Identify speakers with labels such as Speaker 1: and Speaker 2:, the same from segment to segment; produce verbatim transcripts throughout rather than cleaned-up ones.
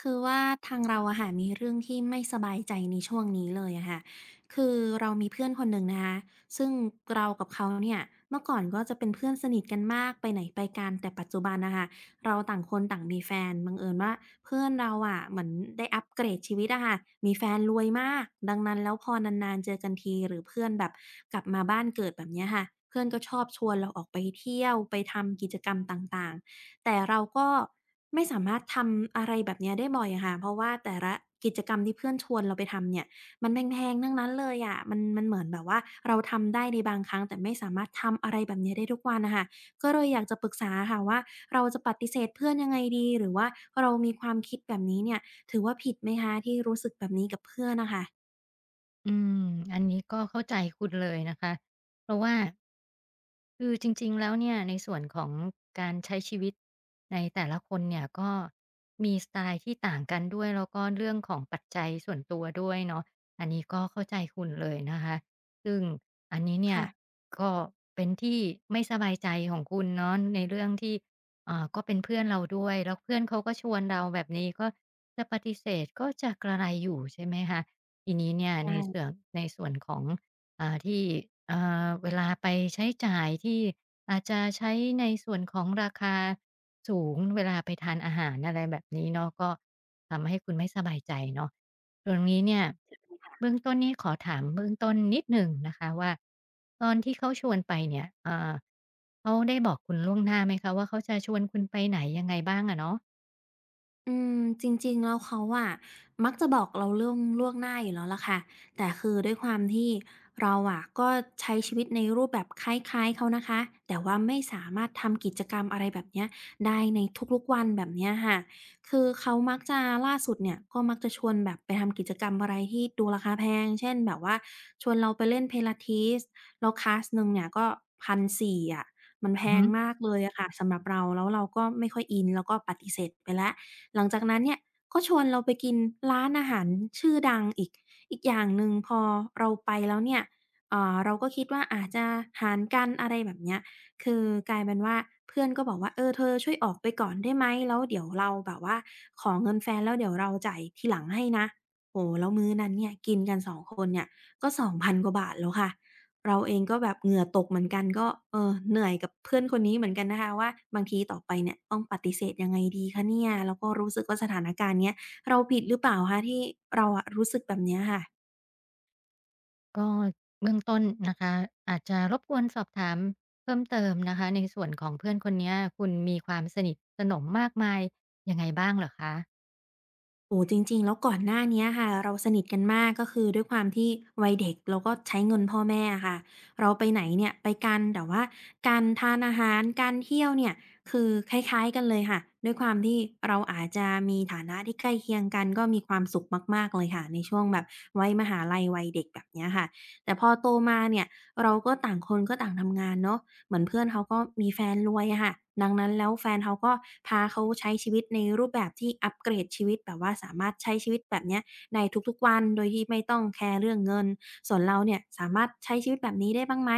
Speaker 1: คือว่าทางเราอะค่ะมีเรื่องที่ไม่สบายใจในช่วงนี้เลยอะค่ะคือเรามีเพื่อนคนหนึ่งนะคะซึ่งเรากับเขาเนี่ยเมื่อก่อนก็จะเป็นเพื่อนสนิทกันมากไปไหนไปกันแต่ปัจจุบันนะคะเราต่างคนต่างมีแฟนบังเอิญว่าเพื่อนเราอะเหมือนได้อัปเกรดชีวิตอะค่ะมีแฟนรวยมากดังนั้นแล้วพอนานๆเจอกันทีหรือเพื่อนแบบกลับมาบ้านเกิดแบบเนี้ยค่ะเพื่อนก็ชอบชวนเราออกไปเที่ยวไปทำกิจกรรมต่างๆ แต่เราก็ไม่สามารถทำอะไรแบบเนี้ยได้บ่อยอะค่ะเพราะว่าแต่ละกิจกรรมที่เพื่อนชวนเราไปทำเนี่ยมันแพงๆทั้งนั้นเลยอะมันมันเหมือนแบบว่าเราทำได้ในบางครั้งแต่ไม่สามารถทำอะไรแบบเนี้ยได้ทุกวันน่ะค่ะก็เลยอยากจะปรึกษาอะค่ะว่าเราจะปฏิเสธเพื่อนยังไงดีหรือว่าเรามีความคิดแบบนี้เนี่ยถือว่าผิดไหมคะที่รู้สึกแบบนี้กับเพื่อนน่ะค่ะ
Speaker 2: อืมอันนี้ก็เข้าใจคุณเลยนะคะ เพราะว่าคือจริงๆแล้วเนี่ยในส่วนของการใช้ชีวิตในแต่ละคนเนี่ยก็มีสไตล์ที่ต่างกันด้วยแล้วก็เรื่องของปัจจัยส่วนตัวด้วยเนาะอันนี้ก็เข้าใจคุณเลยนะคะ ซึ่งอันนี้เนี่ย
Speaker 1: ค่ะ
Speaker 2: ก็เป็นที่ไม่สบายใจของคุณเนาะในเรื่องที่อ่าก็เป็นเพื่อนเราด้วยแล้วเพื่อนเขาก็ชวนเราแบบนี้ก็จะปฏิเสธก็จะกระไรอยู่ใช่ไหมคะ ทีนี้เนี่ยในส่
Speaker 1: ค่ะ
Speaker 2: วนในส่วนของอ่าที่อ่าเวลาไปใช้จ่ายที่อาจจะใช้ในส่วนของราคาสูงเวลาไปทานอาหารอะไรแบบนี้เนาะก็ทำให้คุณไม่สบายใจเนาะตรงนี้เนี่ยเบื้องต้นนี้ขอถามเบื้องต้นนิดหนึ่งนะคะว่าตอนที่เขาชวนไปเนี่ยอ่าเขาได้บอกคุณล่วงหน้าไหมคะเนาะ
Speaker 1: อืมจริงๆแล้วเขาอะมักจะบอกเราเรื่องล่วงหน้าอยู่แล้วล่ะค่ะแต่คือด้วยความที่เราอะก็ใช้ชีวิตในรูปแบบคล้ายๆเขานะคะแต่ว่าไม่สามารถทำกิจกรรมอะไรแบบเนี้ยได้ในทุกๆวันแบบเนี้ยค่ะคือเขามักจะล่าสุดเนี่ยก็มักจะชวนแบบไปทำกิจกรรมอะไรที่ดูราคาแพงเช่นแบบว่าชวนเราไปเล่น Pilates แล้วคลาสหนึ่งเนี่ยก็พันสี่อะมันแพ
Speaker 2: อือ
Speaker 1: ง
Speaker 2: ฮึ
Speaker 1: มากเลยอะค่ะสำหรับเราแล้วเราก็ไม่ค่อยอินเราก็ปฏิเสธไปแล้ว หลังจากนั้นเนี่ยก็ชวนเราไปกินร้านอาหารชื่อดังอีกอีกอย่างหนึ่งพอเราไปแล้วเนี่ยเอ่อเราก็คิดว่าอาจจะหารกันอะไรแบบเนี้ยคือกลายเป็นว่าเพื่อนก็บอกว่าเออเธอช่วยออกไปก่อนได้ไหมแล้วเดี๋ยวเราแบบว่าขอเงินแฟนแล้วเดี๋ยวเราจ่ายทีหลังให้นะโอ้โฮแล้วมื้อนั้นเนี่ยกินกันสองคนเนี่ยก็สองพันกว่าบาทแล้วค่ะ เราเองก็แบบเหงื่อตกเหมือนกันก็เออเหนื่อยกับเพื่อนคนนี้เหมือนกันนะคะว่าบางทีต่อไปเนี่ยต้องปฏิเสธยังไงดีคะเนี่ยแล้วก็รู้สึกว่าสถานการณ์เนี้ยเราผิดหรือเปล่าคะที่เราอะรู้สึกแบบเนี้ยค่ะ
Speaker 2: ก็เบื้องต้นนะคะอาจจะรบกวนสอบถามเพิ่มเติมนะคะในส่วนของเพื่อนคนเนี้ยคุณมีความสนิทสนมมากมายยังไงบ้างเหรอคะ
Speaker 1: โอ้จริงๆแล้วก่อนหน้าเนี้ยค่ะเราสนิทกันมากก็คือด้วยความที่วัยเด็กเราก็ใช้เงินพ่อแม่อะค่ะเราไปไหนเนี่ยไปกันแต่ว่าการทานอาหารการเที่ยวเนี่ยคือคล้ายๆกันเลยค่ะด้วยความที่เราอาจจะมีฐานะที่ใกล้เคียงกันก็มีความสุขมากๆเลยค่ะในช่วงแบบวัยมหาลัยวัยเด็กแบบเนี้ยค่ะแต่พอโตมาเนี่ยเราก็ต่างคนก็ต่างทำงานเนาะ เหมือนเพื่อนเขาก็มีแฟนรวยอะค่ะดังนั้นแล้วแฟนเขาก็พาเขาใช้ชีวิตในรูปแบบที่อัปเกรดชีวิตแบบว่าสามารถใช้ชีวิตแบบเนี้ยในทุกๆวันโดยที่ไม่ต้องแคร์เรื่องเงิน ส่วนเราเนี่ยสามารถใช้ชีวิตแบบนี้ได้บ้างไหม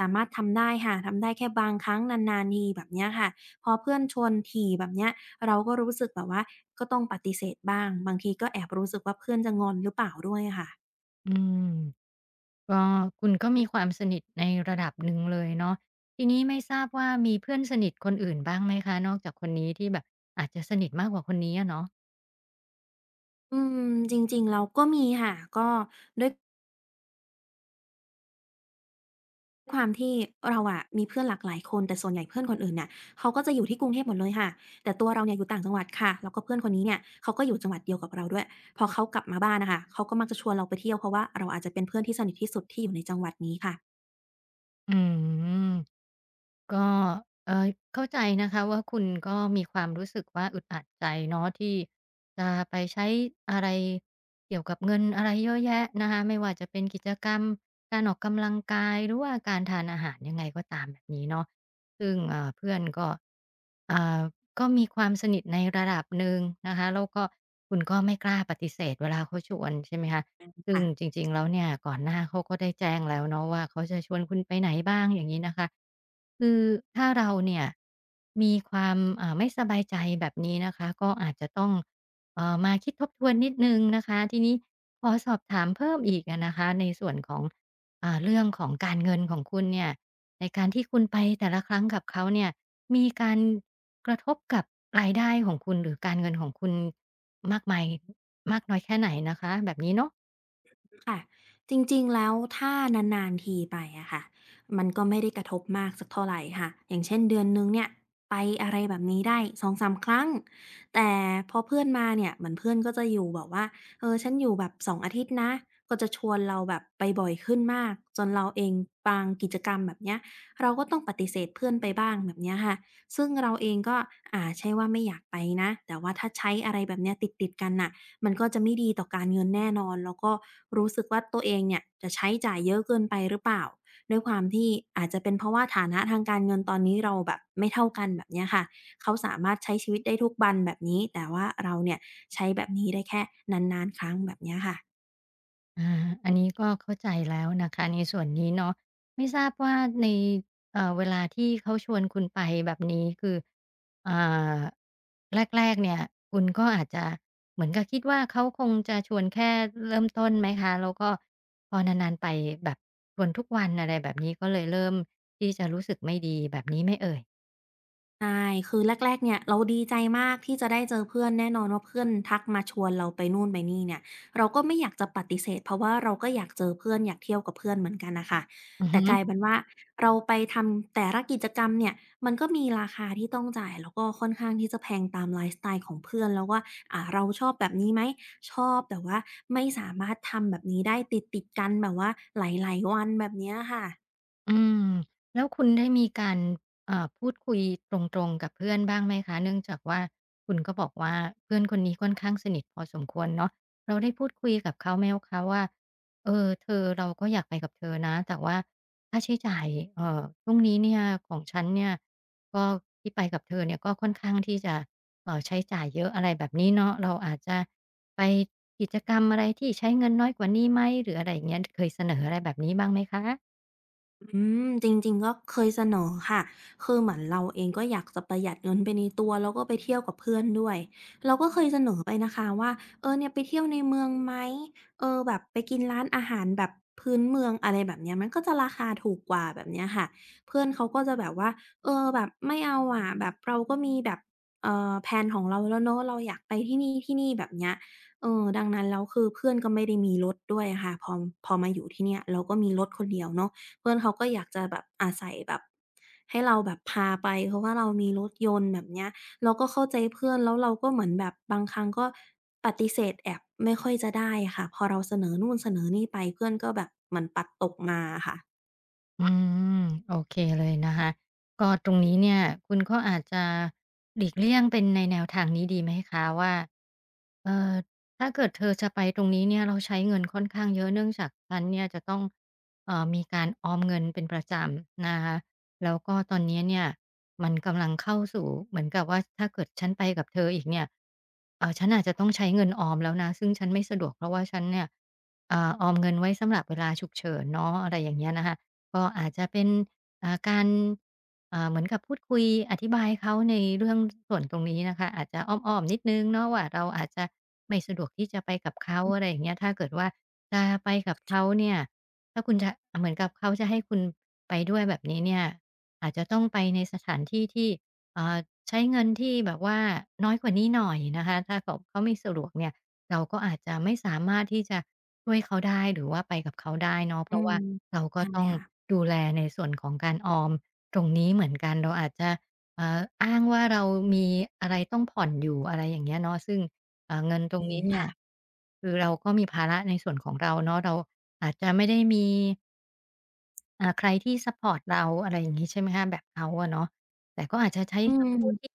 Speaker 1: สามารถทำได้ค่ะทำได้แค่บางครั้งนานๆทีแบบเนี้ยค่ะพอเพื่อนชวนถี่แบบเนี้ยเราก็รู้สึกแบบว่าก็ต้องปฏิเสธบ้างบางทีก็แอบรู้สึกว่าเพื่อนจะงอนหรือเปล่าด้วยอะค่ะ
Speaker 2: อืมก็คุณก็มีความสนิทในระดับหนึ่งเลยเนาะทีนี้ไม่ทราบว่ามีเพื่อนสนิทคนอื่นบ้างไหมคะนอกจากคนนี้ที่แบบอาจจะสนิทมากกว่าคนนี้อะเนาะ
Speaker 1: อืมจริงๆแล้วก็มีค่ะก็ด้วย ความที่เราอะมีเพื่อนหลากหลายคนแต่ส่วนใหญ่เพื่อนคนอื่นน่ะเขาก็จะอยู่ที่กรุงเทพหมดเลยค่ะแต่ตัวเราเนี่ยอยู่ต่างจังหวัดค่ะแล้วก็เพื่อนคนนี้เนี่ยเขาก็อยู่จังหวัดเดียวกับเราด้วยพอเขากลับมาบ้านน่ะค่ะเขาก็มักจะชวนเราไปเที่ยวเพราะว่าเราอาจจะเป็นเพื่อนที่สนิทที่สุดที่อยู่ในจังหวัดนี้ค่ะ
Speaker 2: อืม ก็เอ่อเข้าใจนะคะว่าคุณก็มีความรู้สึกว่าอึดอัดใจเนาะที่จะไปใช้อะไรเกี่ยวกับเงินอะไรเยอะแยะนะคะไม่ว่าจะเป็นกิจกรรมการออกกำลังกายหรือว่าการทานอาหารยังไงก็ตามแบบนี้เนาะซึ่งอ่าเพื่อนก็อ่าก็มีความสนิทในระดับหนึ่งนะคะแล้วก็คุณก็ไม่กล้าปฏิเสธเวลาเขาชวนใช่ไหมคะ ซึ่งจ
Speaker 1: ค่ะ
Speaker 2: ริงๆแล้วเนี่ยก่อนหน้าเขาก็ได้แจ้งแล้วเนาะว่าเขาจะชวนคุณไปไหนบ้างอย่างงี้นะคะคือถ้าเราเนี่ยมีความอ่าไม่สบายใจแบบนี้นะคะก็อาจจะต้องเอ่อมาคิดทบทวนนิดหนึ่งนะคะทีนี้ขอสอบถามเพิ่มอีกอะนะคะในส่วนของอ่าเรื่องของการเงินของคุณเนี่ยในการที่คุณไปแต่ละครั้งกับเขาเนี่ยมีการกระทบกับรายได้ของคุณหรือการเงินของคุณมากมายมากน้อยแค่ไหนนะคะแบบนี้เนาะ
Speaker 1: ค่ะจริงๆแล้วถ้านานๆทีไปอะค่ะมันก็ไม่ได้กระทบมากสักเท่าไรค่ะอย่างเช่นเดือนหนึ่งเนี่ยไปอะไรแบบนี้ได้สองถึงสามครั้งแต่พอเพื่อนมาเนี่ยเหมือนเพื่อนก็จะอยู่แบบว่าเออฉันอยู่แบบสององอาทิตย์นะก็จะชวนเราแบบไปบ่อยขึ้นมากจนเราเองบางกิจกรรมแบบเนี้ยเราก็ต้องปฏิเสธเพื่อนไปบ้างแบบเนี้ยค่ะซึ่งเราเองก็อ่าใช่ว่าไม่อยากไปนะแต่ว่าถ้าใช้อะไรแบบเนี้ยติดๆกันน่ะ มันก็จะไม่ดีต่อการเงินแน่นอนแล้วก็รู้สึกว่าตัวเองเนี่ยจะใช้จ่ายเยอะเกินไปหรือเปล่าด้วยความที่อาจจะเป็นเพราะว่าฐานะทางการเงินตอนนี้เราแบบไม่เท่ากันแบบเนี้ยค่ะเขาสามารถใช้ชีวิตได้ทุกวันแบบนี้แต่ว่าเราเนี่ยใช้แบบนี้ได้แค่นานๆครั้งแบบเนี้ยค่ะ
Speaker 2: อาอันนี้ก็เข้าใจแล้วนะคะในส่วนนี้เนาะไม่ทราบว่าในเอ่อเวลาที่เขาชวนคุณไปแบบนี้คืออ่าแรกๆเนี่ยคุณก็อาจจะเหมือนกับคิดว่าเขาคงจะชวนแค่เริ่มต้นไหมคะแล้วก็พอนานๆไปแบบชวนทุกวันอะไรแบบนี้ก็เลยเริ่มที่จะรู้สึกไม่ดีแบบนี้ไหมเอ่ย
Speaker 1: ใช่คือแรกๆเนี่ยเราดีใจมากที่จะได้เจอเพื่อนแน่นอนว่าเพื่อนทักมาชวนเราไปนู่นไปนี่เนี่ยเราก็ไม่อยากจะปฏิเสธเพราะว่าเราก็อยากเจอเพื่อนอยากเที่ยวกับเพื่อนเหมือนกันน่ะค่ะ
Speaker 2: อือ
Speaker 1: แต่
Speaker 2: ฮึ
Speaker 1: กลายบเป็นว่าเราไปทำแต่ละกิจกรรมเนี่ยมันก็มีราคาที่ต้องจ่ายแล้วก็ค่อนข้างที่จะแพงตามไลฟ์สไตล์ของเพื่อนแล้วว่าอ่าเราชอบแบบนี้ไหมชอบแต่ว่าไม่สามารถทำแบบนี้ได้ติดๆกันแบบว่าหลายๆวันแบบเนี้ยค่ะ
Speaker 2: อืมแล้วคุณได้มีการเอ่อพูดคุยตรงๆกับเพื่อนบ้างไหมคะเนื่องจากว่าคุณก็บอกว่าเพื่อนคนนี้ค่อนข้างสนิทพอสมควรเนาะเราได้พูดคุยกับเขาไหมคะว่าเออเธอเราก็อยากไปกับเธอนะแต่ว่าค่าใช้จ่ายเอ่อช่วงนี้เนี่ยของฉันเนี่ยก็ที่ไปกับเธอเนี่ยก็ค่อนข้างที่จะเอ่อใช้จ่ายเยอะอะไรแบบนี้เนาะเราอาจจะไปกิจกรรมอะไรที่ใช้เงินน้อยกว่านี้ไหมหรืออะไรอย่างเงี้ยเคยเสนออะไรแบบนี้บ้างไหมคะ
Speaker 1: อืมจริงๆก็เคยเสนอค่ะ คือเหมือนเราเองก็อยากจะประหยัดเงินไปในตัวแล้วก็ไปเที่ยวกับเพื่อนด้วยเราก็เคยเสนอไปนะคะว่าเออเนี่ยไปเที่ยวในเมืองไหม เออแบบไปกินร้านอาหารแบบพื้นเมืองอะไรแบบเนี้ยมันก็จะราคาถูกกว่าแบบเนี้ยค่ะเพื่อนเขาก็จะแบบว่าเออแบบไม่เอาอะแบบเราก็มีแบบเอ่อแพลนของเราแล้วเนาะเราอยากไปที่นี่ๆแบบเนี้ยเออดังนั้นแล้วคือเพื่อนก็ไม่ได้มีรถด้วยอะค่ะพอพอมาอยู่ที่เนี่ยเราก็มีรถคนเดียวเนาะ เพื่อนเขาก็อยากจะแบบอาใส่แบบให้เราแบบพาไปเพราะว่าเรามีรถยนต์แบบเนี้ยเราก็เข้าใจเพื่อนแล้วเราก็เหมือนแบบบางครั้งก็ปฏิเสธแอบไม่ค่อยจะได้อะค่ะพอเราเสนอนู่นเสนอนี่ไปเพื่อนก็แบบเหมือนปัดตกมาอะค่ะ
Speaker 2: อืมโอเคเลยนะคะก็ตรงนี้เนี่ยคุณก็อาจจะหลีกเลี่ยงเป็นในแนวทางนี้ดีไหมคะว่าเอ่อถ้าเกิดเธอจะไปตรงนี้เนี่ยเราใช้เงินค่อนข้างเยอะเนื่องจากฉันเนี่ยจะต้องเอ่อมีการออมเงินเป็นประจำนะคะแล้วก็ตอนนี้เนี่ยมันกำลังเข้าสู่เหมือนกับว่าถ้าเกิดฉันไปกับเธออีกเนี่ยเอ่อฉันอาจจะต้องใช้เงินออมแล้วนะซึ่งฉันไม่สะดวกเพราะว่าฉันเนี่ยอ่าออมเงินไว้สำหรับเวลาฉุกเฉินเนาะอะไรอย่างเงี้ยนะคะ ก็อาจจะเป็นอ่าการอ่าเหมือนกับพูดคุยอธิบายเขาในเรื่องส่วนตรงนี้นะคะอาจจะอ้อมๆนิดนึงเนาะว่าเราอาจจะไม่สะดวกที่จะไปกับเขาอะไรอย่างเงี้ยถ้าเกิดว่าจะไปกับเขาเนี่ยถ้าคุณจะเหมือนกับเขาจะให้คุณไปด้วยแบบนี้เนี่ยอาจจะต้องไปในสถานที่ที่เอ่อใช้เงินที่แบบว่าน้อยกว่านี้หน่อยนะคะถ้าเขาเขาไม่สะดวกเนี่ยเราก็อาจจะไม่สามารถที่จะช่วยเขาได้หรือว่าไปกับเขาได้เนาะเพ
Speaker 1: อื
Speaker 2: ราะ
Speaker 1: ม
Speaker 2: ว่า เราก็
Speaker 1: ใช่
Speaker 2: ต้อง
Speaker 1: ค่ะ
Speaker 2: ดูแลในส่วนของการออมตรงนี้เหมือนกันเราอาจจะเอ่ออ้างว่าเรามีอะไรต้องผ่อนอยู่อะไรอย่างเงี้ยเนาะซึ่งเอ่อเงินตร
Speaker 1: อื
Speaker 2: ง
Speaker 1: ม
Speaker 2: นี้เนี่ย
Speaker 1: ค่ะ
Speaker 2: คือเราก็มีภาระในส่วนของเราเนาะเราอาจจะไม่ได้มีอ่าใครที่ซัปพอร์ตเราอะไรอย่างงี้ใช่ไหมคะแบบเขาอะเนาะแต่ก็อาจจะใช้
Speaker 1: อื
Speaker 2: คำพูดที่
Speaker 1: ม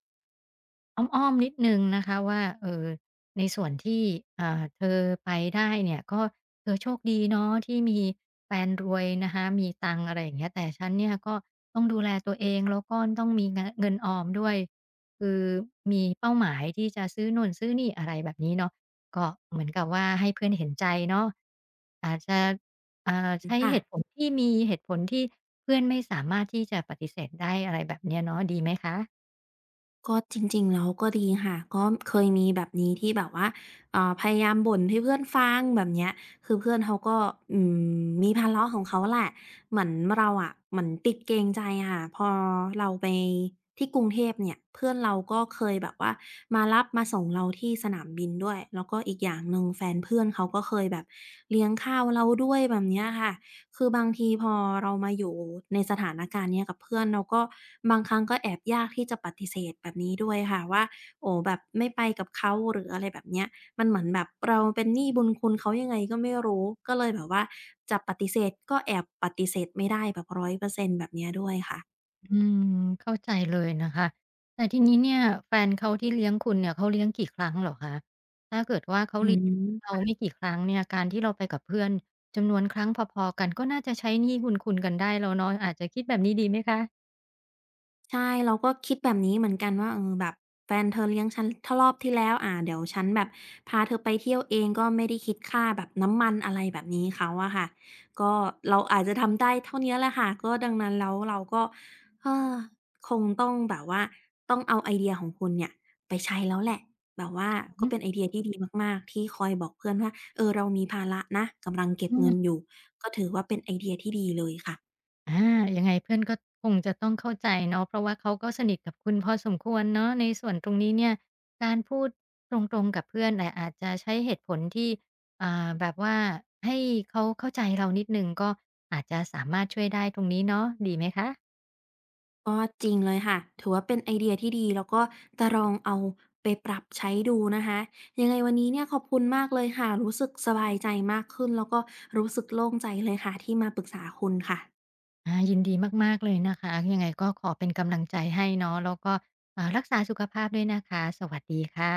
Speaker 2: อ้อมๆนิดหนึ่งนะคะว่าเอ่อในส่วนที่อ่าเธอไปได้เนี่ยก็เธอโชคดีเนาะที่มีแฟนรวยนะคะมีตังค์อะไรอย่างเงี้ยแต่ฉันเนี่ยก็ต้องดูแลตัวเองแล้วก็ต้องมีงเงินออมด้วยคือมีเป้าหมายที่จะซื้อนู่นซื้อนี่อะไรแบบนี้เนาะก็เหมือนกับว่าให้เพื่อนเห็นใจเนาะอาจจะอ่าใช้
Speaker 1: ค่ะ
Speaker 2: เหตุผลที่มีเหตุผลที่เพื่อนไม่สามารถที่จะปฏิเสธได้อะไรแบบเนี้ยเนาะดีไหมคะ
Speaker 1: ก็จริงๆแล้วก็ดีค่ะก็เคยมีแบบนี้ที่แบบว่าเอ่าพยายามบ่นให้เพื่อนฟังแบบเนี้ยคือเพื่อนเขาก็อืมมีภาระของเขาแหละ เหมือนเราอะเหมือนติดเกรงใจอะค่ะพอเราไปที่กรุงเทพเนี่ยเพื่อนเราก็เคยแบบว่ามารับมาส่งเราที่สนามบินด้วย แล้วก็อีกอย่างหนึ่งแฟนเพื่อนเขาก็เคยแบบเลี้ยงข้าวเราด้วยแบบเนี้ยค่ะ คือบางทีพอเรามาอยู่ในสถานการณ์เนี้ยกับเพื่อนเราก็บางครั้งก็แอบยากที่จะปฏิเสธแบบนี้ด้วยค่ะว่าโอ้แบบไม่ไปกับเขาหรืออะไรแบบเนี้ยมันเหมือนแบบเราเป็นหนี้บุญคุณเขายังไงก็ไม่รู้ก็เลยแบบว่าจะปฏิเสธก็แอบปฏิเสธไม่ได้แบบร้อยเปอร์เซ็นต์แบบเนี้ยด้วยค่ะ
Speaker 2: อืมเข้าใจเลยนะคะแต่ทีนี้เนี่ยแฟนเขาที่เลี้ยงคุณเนี่ยเขาเลี้ยงกี่ครั้งเหรอคะถ้าเกิดว่าเขา
Speaker 1: อื
Speaker 2: เลี้ยงเรา
Speaker 1: ม
Speaker 2: ไม่กี่ครั้งเนี่ยการที่เราไปกับเพื่อนจำนวนครั้งพอๆกันก็น่าจะใช้หนี้บุญคุณกันได้แล้วเนาะอาจจะคิดแบบนี้ดีไหมคะ
Speaker 1: ใช่เราก็คิดแบบนี้เหมือนกันว่าเออแบบแฟนเธอเลี้ยงฉันถ้ารอบที่แล้วอ่าเดี๋ยวฉันแบบพาเธอไปเที่ยวเองก็ไม่ได้คิดค่าแบบน้ำมันอะไรแบบนี้เขาอะค่ะก็เราอาจจะทำได้เท่าเนี้ยแหละค่ะก็ดังนั้นแล้วเราก็เออคงต้องแบบว่าต้องเอาไอเดียของคุณเนี่ยไปใช้แล้วแหละแบบว่า
Speaker 2: อือ
Speaker 1: ก็
Speaker 2: ฮึ
Speaker 1: เป็นไอเดียที่ดีมากๆ ที่คอยบอกเพื่อนว่าเออเรามีภาระนะกำลังเก็บ
Speaker 2: อื
Speaker 1: เงิ
Speaker 2: ม
Speaker 1: นอยู่ก็ถือว่าเป็นไอเดียที่ดีเลยค่ะ
Speaker 2: อายังไงเพื่อนก็คงจะต้องเข้าใจเนาะเพราะว่าเขาก็สนิทกับคุณพอสมควรเนาะในส่วนตรงนี้เนี่ยการพูดตรงๆกับเพื่อนแต่อาจจะใช้เหตุผลที่อ่าแบบว่าให้เขาเข้าใจเรานิดหนึ่งก็อาจจะสามารถช่วยได้ตรงนี้เนาะดีไหมคะ
Speaker 1: ก็จริงเลยค่ะถือว่าเป็นไอเดียที่ดีแล้วก็จะลองเอาไปปรับใช้ดูนะคะยังไงวันนี้เนี่ยขอบคุณมากเลยค่ะรู้สึกสบายใจมากขึ้นแล้วก็รู้สึกโล่งใจเลยค่ะที่มาปรึกษาคุณค่ะ
Speaker 2: อายินดีมากๆเลยนะคะยังไงก็ขอเป็นกำลังใจให้เนาะแล้วก็อ่ารักษาสุขภาพด้วยนะคะ สวัสดีค่ะ